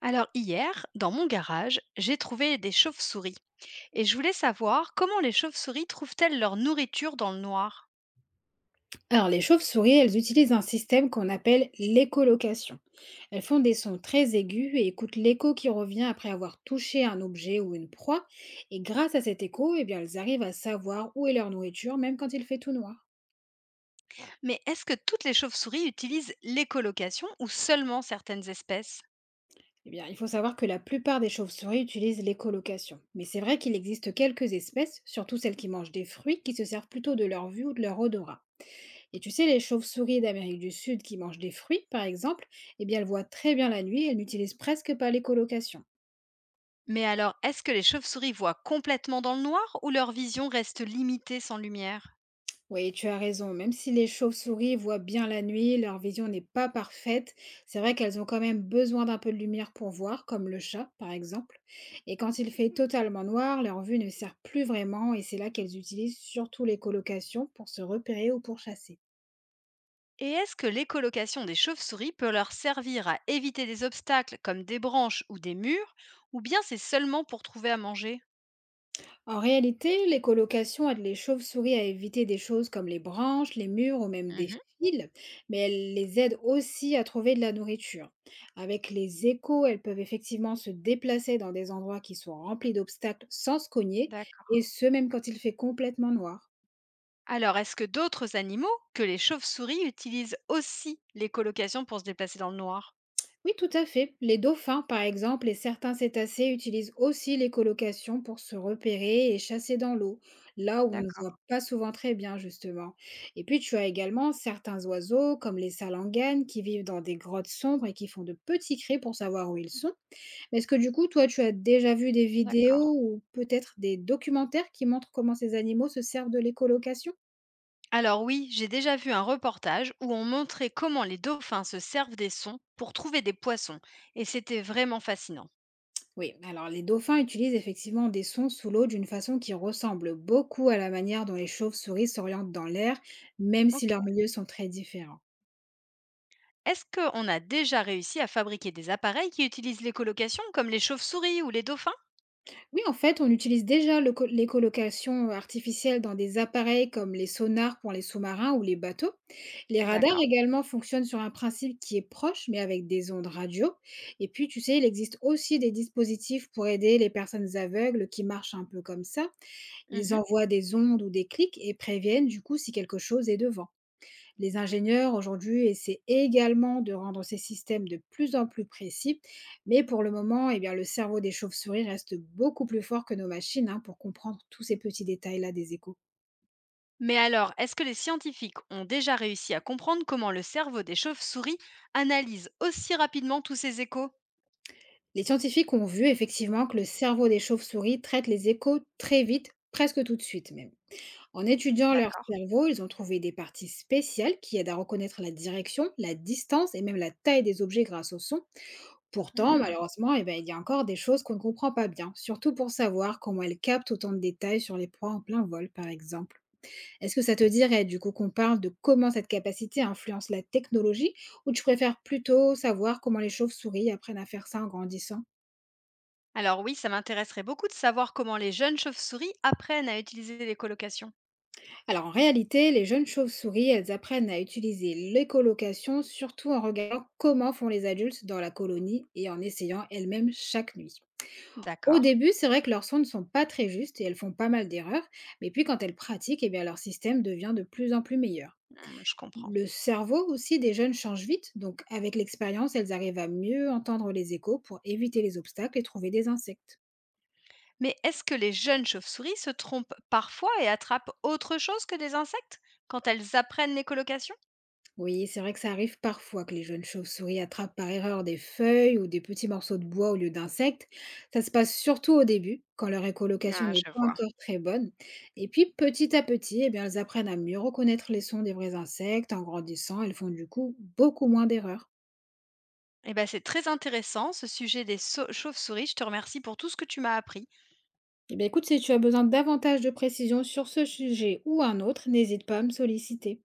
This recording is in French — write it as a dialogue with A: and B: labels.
A: Alors hier, dans mon garage, j'ai trouvé des chauves-souris et je voulais savoir comment les chauves-souris trouvent-elles leur nourriture dans le noir.
B: Alors, les chauves-souris, elles utilisent un système qu'on appelle l'écholocation. Elles font des sons très aigus et écoutent l'écho qui revient après avoir touché un objet ou une proie. Et grâce à cet écho, eh bien, elles arrivent à savoir où est leur nourriture, même quand il fait tout noir.
A: Mais est-ce que toutes les chauves-souris utilisent l'écholocation ou seulement certaines espèces?
B: Eh bien, il faut savoir que la plupart des chauves-souris utilisent l'écholocation. Mais c'est vrai qu'il existe quelques espèces, surtout celles qui mangent des fruits, qui se servent plutôt de leur vue ou de leur odorat. Et tu sais, les chauves-souris d'Amérique du Sud qui mangent des fruits, par exemple, eh bien, elles voient très bien la nuit et elles n'utilisent presque pas l'écholocation.
A: Mais alors, est-ce que les chauves-souris voient complètement dans le noir ou leur vision reste limitée sans lumière?
B: Oui, tu as raison. Même si les chauves-souris voient bien la nuit, leur vision n'est pas parfaite. C'est vrai qu'elles ont quand même besoin d'un peu de lumière pour voir, comme le chat, par exemple. Et quand il fait totalement noir, leur vue ne sert plus vraiment et c'est là qu'elles utilisent surtout les colocations pour se repérer ou pour chasser.
A: Et est-ce que l'écholocation des chauves-souris peut leur servir à éviter des obstacles comme des branches ou des murs ou bien c'est seulement pour trouver à manger?
B: En réalité, les colocations aident les chauves-souris à éviter des choses comme les branches, les murs ou même des
A: Mhm.
B: fils, mais elles les aident aussi à trouver de la nourriture. Avec les échos, elles peuvent effectivement se déplacer dans des endroits qui sont remplis d'obstacles sans se cogner,
A: D'accord.
B: et ce même quand il fait complètement noir.
A: Alors, est-ce que d'autres animaux que les chauves-souris utilisent aussi l'écholocation pour se déplacer dans le noir?
B: Oui, tout à fait. Les dauphins, par exemple, et certains cétacés utilisent aussi l'écholocation pour se repérer et chasser dans l'eau, là où on ne
A: D'accord,
B: voit pas souvent très bien, justement. Et puis, tu as également certains oiseaux, comme les salanganes, qui vivent dans des grottes sombres et qui font de petits cris pour savoir où ils sont. Mais est-ce que, du coup, toi, tu as déjà vu des
A: d'accord.
B: vidéos ou peut-être des documentaires qui montrent comment ces animaux se servent de l'écholocation?
A: Alors oui, j'ai déjà vu un reportage où on montrait comment les dauphins se servent des sons pour trouver des poissons, et c'était vraiment fascinant.
B: Oui, alors les dauphins utilisent effectivement des sons sous l'eau d'une façon qui ressemble beaucoup à la manière dont les chauves-souris s'orientent dans l'air, même si
A: Ok.
B: leurs milieux sont très différents.
A: Est-ce qu'on a déjà réussi à fabriquer des appareils qui utilisent l'écholocation, comme les chauves-souris ou les dauphins?
B: Oui, en fait, on utilise déjà l'écholocation artificielle dans des appareils comme les sonars pour les sous-marins ou les bateaux. Les radars
A: D'accord.
B: également fonctionnent sur un principe qui est proche, mais avec des ondes radio. Et puis, tu sais, il existe aussi des dispositifs pour aider les personnes aveugles qui marchent un peu comme ça. Ils
A: Mhm.
B: envoient des ondes ou des clics et préviennent du coup si quelque chose est devant. Les ingénieurs aujourd'hui essaient également de rendre ces systèmes de plus en plus précis, mais pour le moment, eh bien, le cerveau des chauves-souris reste beaucoup plus fort que nos machines hein, pour comprendre tous ces petits détails-là des échos.
A: Mais alors, est-ce que les scientifiques ont déjà réussi à comprendre comment le cerveau des chauves-souris analyse aussi rapidement tous ces échos?
B: Les scientifiques ont vu effectivement que le cerveau des chauves-souris traite les échos très vite, presque tout de suite même. En étudiant leur
A: D'accord.
B: cerveau, ils ont trouvé des parties spéciales qui aident à reconnaître la direction, la distance et même la taille des objets grâce au son. Pourtant,
A: Mmh.
B: malheureusement, eh ben, il y a encore des choses qu'on ne comprend pas bien, surtout pour savoir comment elles captent autant de détails sur les proies en plein vol, par exemple. Est-ce que ça te dirait du coup qu'on parle de comment cette capacité influence la technologie ou tu préfères plutôt savoir comment les chauves-souris apprennent à faire ça en grandissant?
A: Alors oui, ça m'intéresserait beaucoup de savoir comment les jeunes chauves-souris apprennent à utiliser les colocations.
B: Alors en réalité, les jeunes chauves-souris, elles apprennent à utiliser l'écolocation, surtout en regardant comment font les adultes dans la colonie et en essayant elles-mêmes chaque nuit. Au
A: D'accord.
B: début, c'est vrai que leurs sons ne sont pas très justes et elles font pas mal d'erreurs, mais puis quand elles pratiquent, eh bien leur système devient de plus en plus meilleur.
A: Mmh, je comprends.
B: Le cerveau aussi des jeunes change vite, donc avec l'expérience, elles arrivent à mieux entendre les échos pour éviter les obstacles et trouver des insectes.
A: Mais est-ce que les jeunes chauves-souris se trompent parfois et attrapent autre chose que des insectes quand elles apprennent les colocations?
B: Oui, c'est vrai que ça arrive parfois que les jeunes chauves-souris attrapent par erreur des feuilles ou des petits morceaux de bois au lieu d'insectes. Ça se passe surtout au début, quand leur écolocation
A: Ah,
B: n'est
A: je
B: pas
A: vois.
B: encore très bonne. Et puis petit à petit, eh bien, elles apprennent à mieux reconnaître les sons des vrais insectes. En grandissant, elles font du coup beaucoup moins d'erreurs.
A: Eh ben, c'est très intéressant ce sujet des chauves-souris. Je te remercie pour tout ce que tu m'as appris.
B: Eh bien écoute, si tu as besoin davantage de précisions sur ce sujet ou un autre, n'hésite pas à me solliciter.